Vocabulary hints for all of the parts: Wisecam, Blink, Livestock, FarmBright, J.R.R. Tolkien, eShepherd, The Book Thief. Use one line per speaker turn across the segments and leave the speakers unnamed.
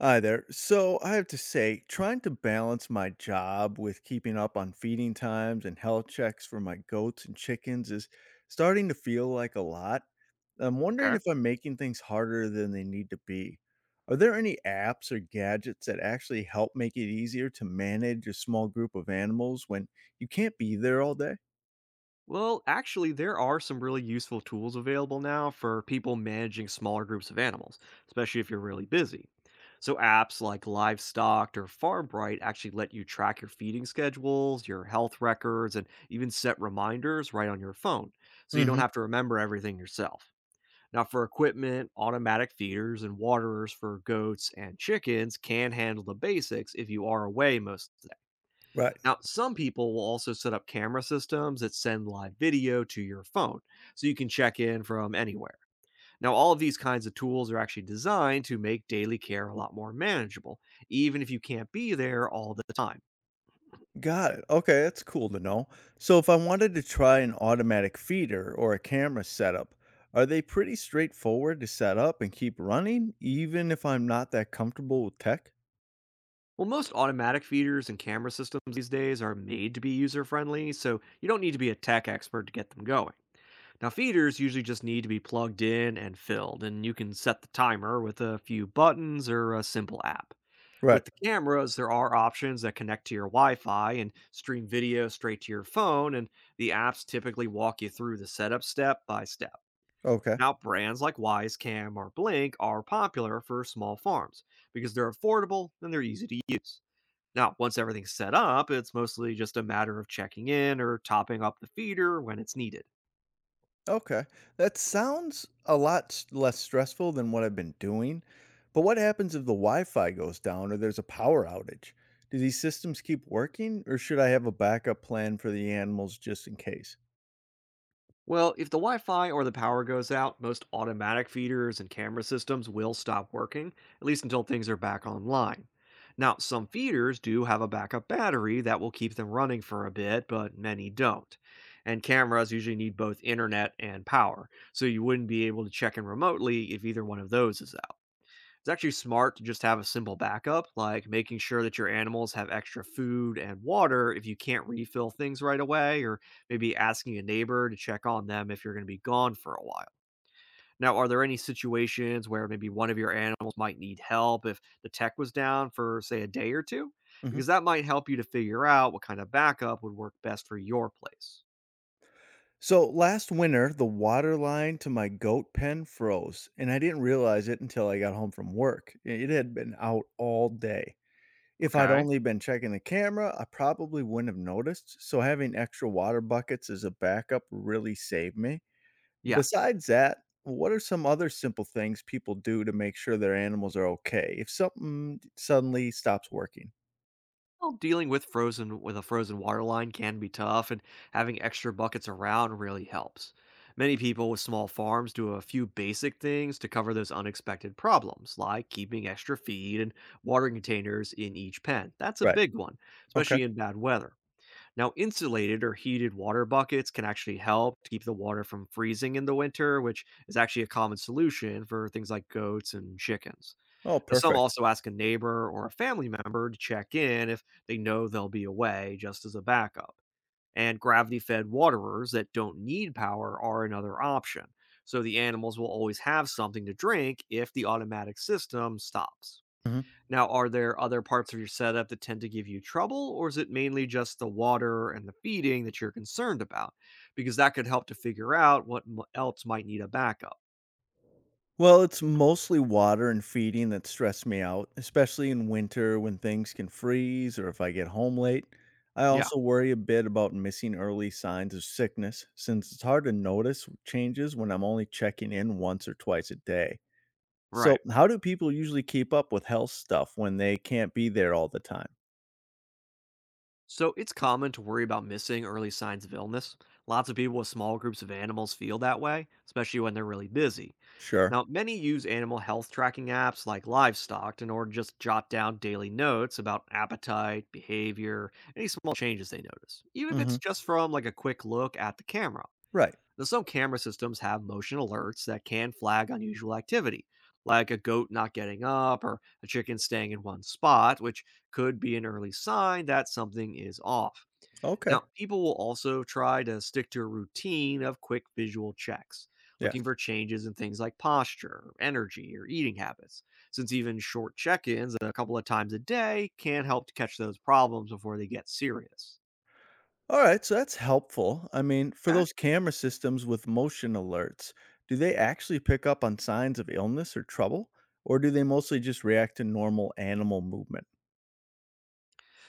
Hi there. So I have to say, trying to balance my job with keeping up on feeding times and health checks for my goats and chickens is starting to feel like a lot. I'm wondering
Okay.
if I'm making things harder than they need to be. Are there any apps or gadgets that actually help make it easier to manage a small group of animals when you can't be there all day?
Well, actually, there are some really useful tools available now for people managing smaller groups of animals, especially if you're really busy. So, apps like Livestock or FarmBright actually let you track your feeding schedules, your health records, and even set reminders right on your phone, so you don't
Hmm.
have to remember everything yourself. Now, for equipment, automatic feeders and waterers for goats and chickens can handle the basics if you are away most.
Right.
Now, some people will also set up camera systems that send live video to your phone so you can check in from anywhere. Now, all of these kinds of tools are actually designed to make daily care a lot more manageable, even if you can't be there all the time.
Got it. Okay, that's cool to know. So, if I wanted to try an automatic feeder or a camera setup, are they pretty straightforward to set up and keep running, even if I'm not that comfortable with tech?
Well, most automatic feeders and camera systems these days are made to be user friendly, so you don't need to be a tech expert to get them going. Now, feeders usually just need to be plugged in and filled, and you can set the timer with a few buttons or a simple app.
Right.
With the cameras, there are options that connect to your Wi Fi and stream video straight to your phone, and the apps typically walk you through the setup step by step.
Okay.
Now, brands like Wisecam or Blink are popular for small farms because they're affordable and they're easy to use. Now, once everything's set up, it's mostly just a matter of checking in or topping up the feeder when it's needed.
Okay. That sounds a lot less stressful than what I've been doing. But what happens if the Wi Fi goes down or there's a power outage? Do these systems keep working, or should I have a backup plan for the animals just in case?
Well, if the Wi Fi or the power goes out, most automatic feeders and camera systems will stop working, at least until things are back online. Now, some feeders do have a backup battery that will keep them running for a bit, but many don't. And cameras usually need both internet and power, so you wouldn't be able to check in remotely if either one of those is out. It's actually smart to just have a simple backup, like making sure that your animals have extra food and water if you can't refill things right away, or maybe asking a neighbor to check on them if you're going to be gone for a while. Now, are there any situations where maybe one of your animals might need help if the tech was down for, say, a day or two? Because that might help you to figure out what kind of backup would work best for your place.
So last winter, the water line to my goat pen froze, and I didn't realize it until I got home from work. It had been out all day. If I'd
Okay.
only been checking the camera, I probably wouldn't have noticed. So having extra water buckets as a backup really saved me.
Yeah.
Besides that, what are some other simple things people do to make sure their animals are okay if something suddenly stops working?
Well, dealing with frozen with a frozen water line can be tough, and having extra buckets around really helps. Many people with small farms do a few basic things to cover those unexpected problems, like keeping extra feed and water containers in each pen. That's a
Right.
big one,
Okay.
especially in bad weather. Now, insulated or heated water buckets can actually help to keep the water from freezing in the winter, which is actually a common solution for things like goats and chickens.
Oh,
Now, some
perfect.
also ask a neighbor or a family member to check in if they know they'll be away, just as a backup. And gravity fed waterers that don't need power are another option, so the animals will always have something to drink if the automatic system stops.
Mm-hmm.
Now, are there other parts of your setup that tend to give you trouble, or is it mainly just the water and the feeding that you're concerned about? Because that could help to figure out what else might need a backup.
Well, it's mostly water and feeding that stress me out, especially in winter when things can freeze or if I get home late. I
Yeah,
also worry a bit about missing early signs of sickness since it's hard to notice changes when I'm only checking in once or twice a day. So,
right.
how do people usually keep up with health stuff when they can't be there all the time?
So it's common to worry about missing early signs of illness. Lots of people with small groups of animals feel that way, especially when they're really busy.
Sure.
Now, many use animal health tracking apps like Livestock in order to just jot down daily notes about appetite, behavior, any small changes they notice, even if it's
Mhm.
just from like a quick look at the camera.
Right.
Now, some camera systems have motion alerts that can flag unusual activity, like a goat not getting up or a chicken staying in one spot, which could be an early sign that something is off.
Okay.
Now, people will also try to stick to a routine of quick visual checks, looking
Yes.
for changes in things like posture, energy, or eating habits, since even short check ins a couple of times a day can help to catch those problems before they get serious.
Alright, so that's helpful. I mean, for
Okay.
those camera systems with motion alerts, do they actually pick up on signs of illness or trouble, or do they mostly just react to normal animal movement?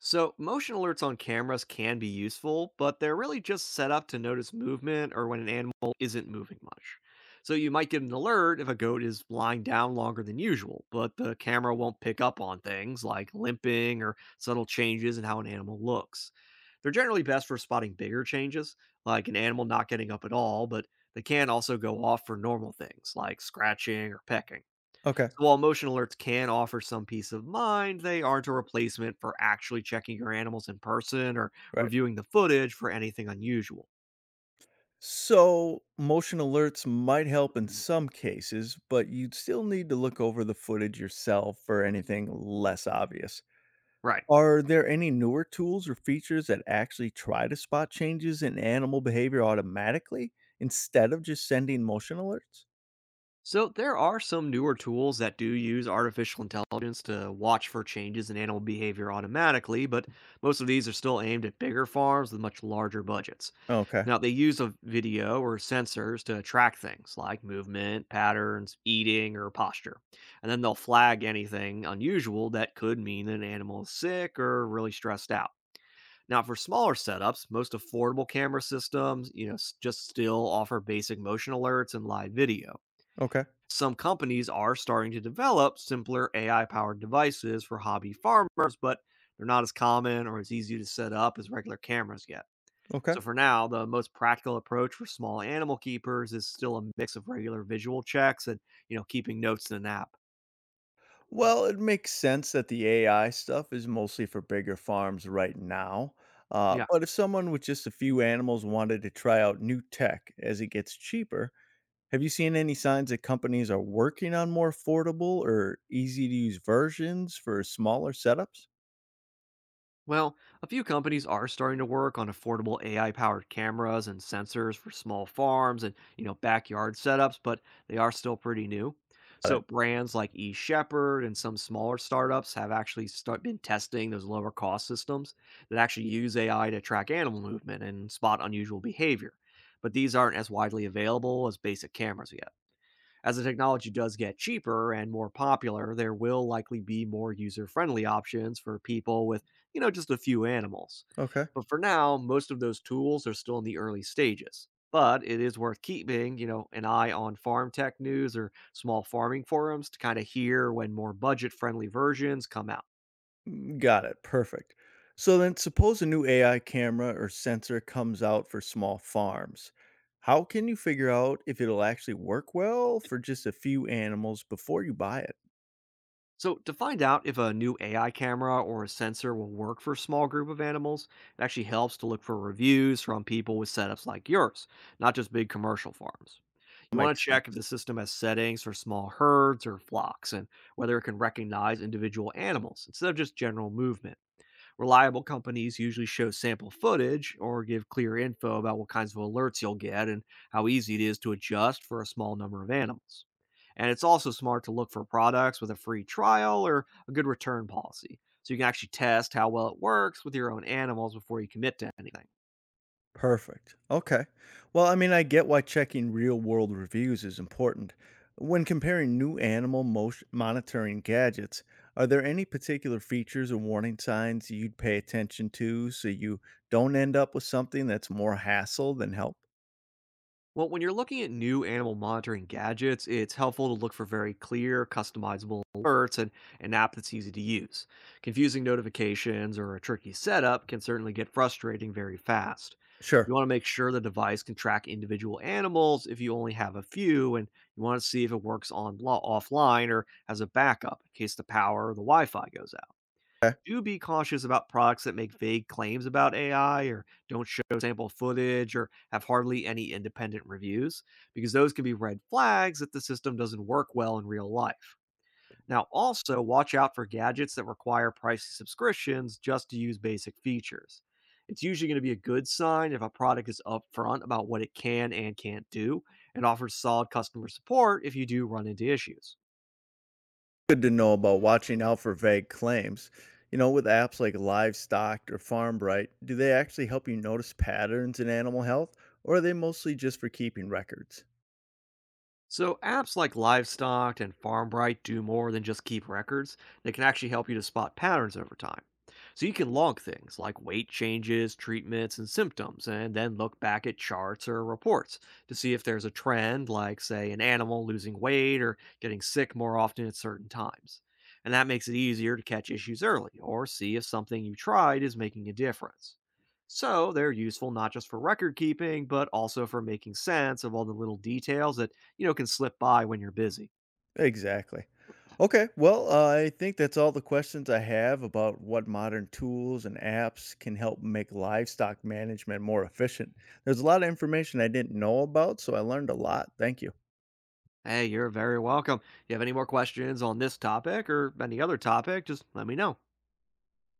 So, motion alerts on cameras can be useful, but they're really just set up to notice movement or when an animal isn't moving much. So, you might get an alert if a goat is lying down longer than usual, but the camera won't pick up on things like limping or subtle changes in how an animal looks. They're generally best for spotting bigger changes, like an animal not getting up at all, but they can also go off for normal things like scratching or pecking.
Okay,
So while emotional alerts can offer some peace of mind, they aren't a replacement for actually checking your animals in person or
right.
reviewing the footage for anything unusual.
So, motion alerts might help in some cases, but you'd still need to look over the footage yourself for anything less obvious.
Right.
Are there any newer tools or features that actually try to spot changes in animal behavior automatically instead of just sending motion alerts?
So there are some newer tools that do use artificial intelligence to watch for changes in animal behavior automatically, but most of these are still aimed at bigger farms with much larger budgets.
Okay.
Now, they use a video or sensors to track things like movement, patterns, eating, or posture. And then they'll flag anything unusual that could mean an animal is sick or really stressed out. Now, for smaller setups, most affordable camera systems, just still offer basic motion alerts and live video.
Okay.
Some companies are starting to develop simpler AI-powered devices for hobby farmers, but they're not as common or as easy to set up as regular cameras yet.
Okay.
So for now, the most practical approach for small animal keepers is still a mix of regular visual checks and, keeping notes in an app.
Well, it makes sense that the AI stuff is mostly for bigger farms right now. Uh,
Yeah.
but if someone with just a few animals wanted to try out new tech as it gets cheaper, have you seen any signs that companies are working on more affordable or easy to use versions for smaller setups?
Well, a few companies are starting to work on affordable AI-powered cameras and sensors for small farms and, backyard setups, but they are still pretty new.
Got
So
it.
brands like eShepherd and some smaller startups have been testing those lower cost systems that actually use AI to track animal movement and spot unusual behavior. But these aren't as widely available as basic cameras yet. As the technology does get cheaper and more popular, there will likely be more user-friendly options for people with, just a few animals.
Okay.
But for now, most of those tools are still in the early stages. But it is worth keeping, an eye on farm tech news or small farming forums to kind of hear when more budget-friendly versions come out.
Got it. Perfect. So then, suppose a new AI camera or sensor comes out for small farms. How can you figure out if it'll actually work well for just a few animals before you buy it?
So, to find out if a new AI camera or a sensor will work for a small group of animals, it actually helps to look for reviews from people with setups like yours, not just big commercial farms. You want
Makes
to
sense.
check if the system has settings for small herds or flocks and whether it can recognize individual animals instead of just general movement. Reliable companies usually show sample footage or give clear info about what kinds of alerts you'll get and how easy it is to adjust for a small number of animals. And it's also smart to look for products with a free trial or a good return policy so you can actually test how well it works with your own animals before you commit to anything.
Perfect. Okay. Well, I mean, I get why checking real world reviews is important. When comparing new animal motion monitoring gadgets, are there any particular features or warning signs you'd pay attention to so you don't end up with something that's more hassle than help?
Well, when you're looking at new animal monitoring gadgets, it's helpful to look for very clear, customizable alerts and an app that's easy to use. Confusing notifications or a tricky setup can certainly get frustrating very fast. You
Sure.
want to make sure the device can track individual animals if you only have a few, and you want to see if it works on offline or has a backup in case the power or the Wi-Fi goes out.
Okay.
Do be cautious about products that make vague claims about AI or don't show sample footage or have hardly any independent reviews, because those can be red flags that the system doesn't work well in real life. Now, also watch out for gadgets that require pricey subscriptions just to use basic features. It's usually going to be a good sign if a product is upfront about what it can and can't do and offers solid customer support if you do run into issues.
Good to know about watching out for vague claims. You know, with apps like Livestock or FarmBright, do they actually help you notice patterns in animal health, or are they mostly just for keeping records?
So, apps like Livestock and FarmBright do more than just keep records. They can actually help you to spot patterns over time. So, you can log things like weight changes, treatments, and symptoms, and then look back at charts or reports to see if there's a trend, like, say, an animal losing weight or getting sick more often at certain times. And that makes it easier to catch issues early or see if something you tried is making a difference. So, they're useful not just for record keeping, but also for making sense of all the little details that can slip by when you're busy.
Exactly. Okay, well, I think that's all the questions I have about what modern tools and apps can help make livestock management more efficient. There's a lot of information I didn't know about, so I learned a lot. Thank you.
Hey, you're very welcome. If you have any more questions on this topic or any other topic, just let me know.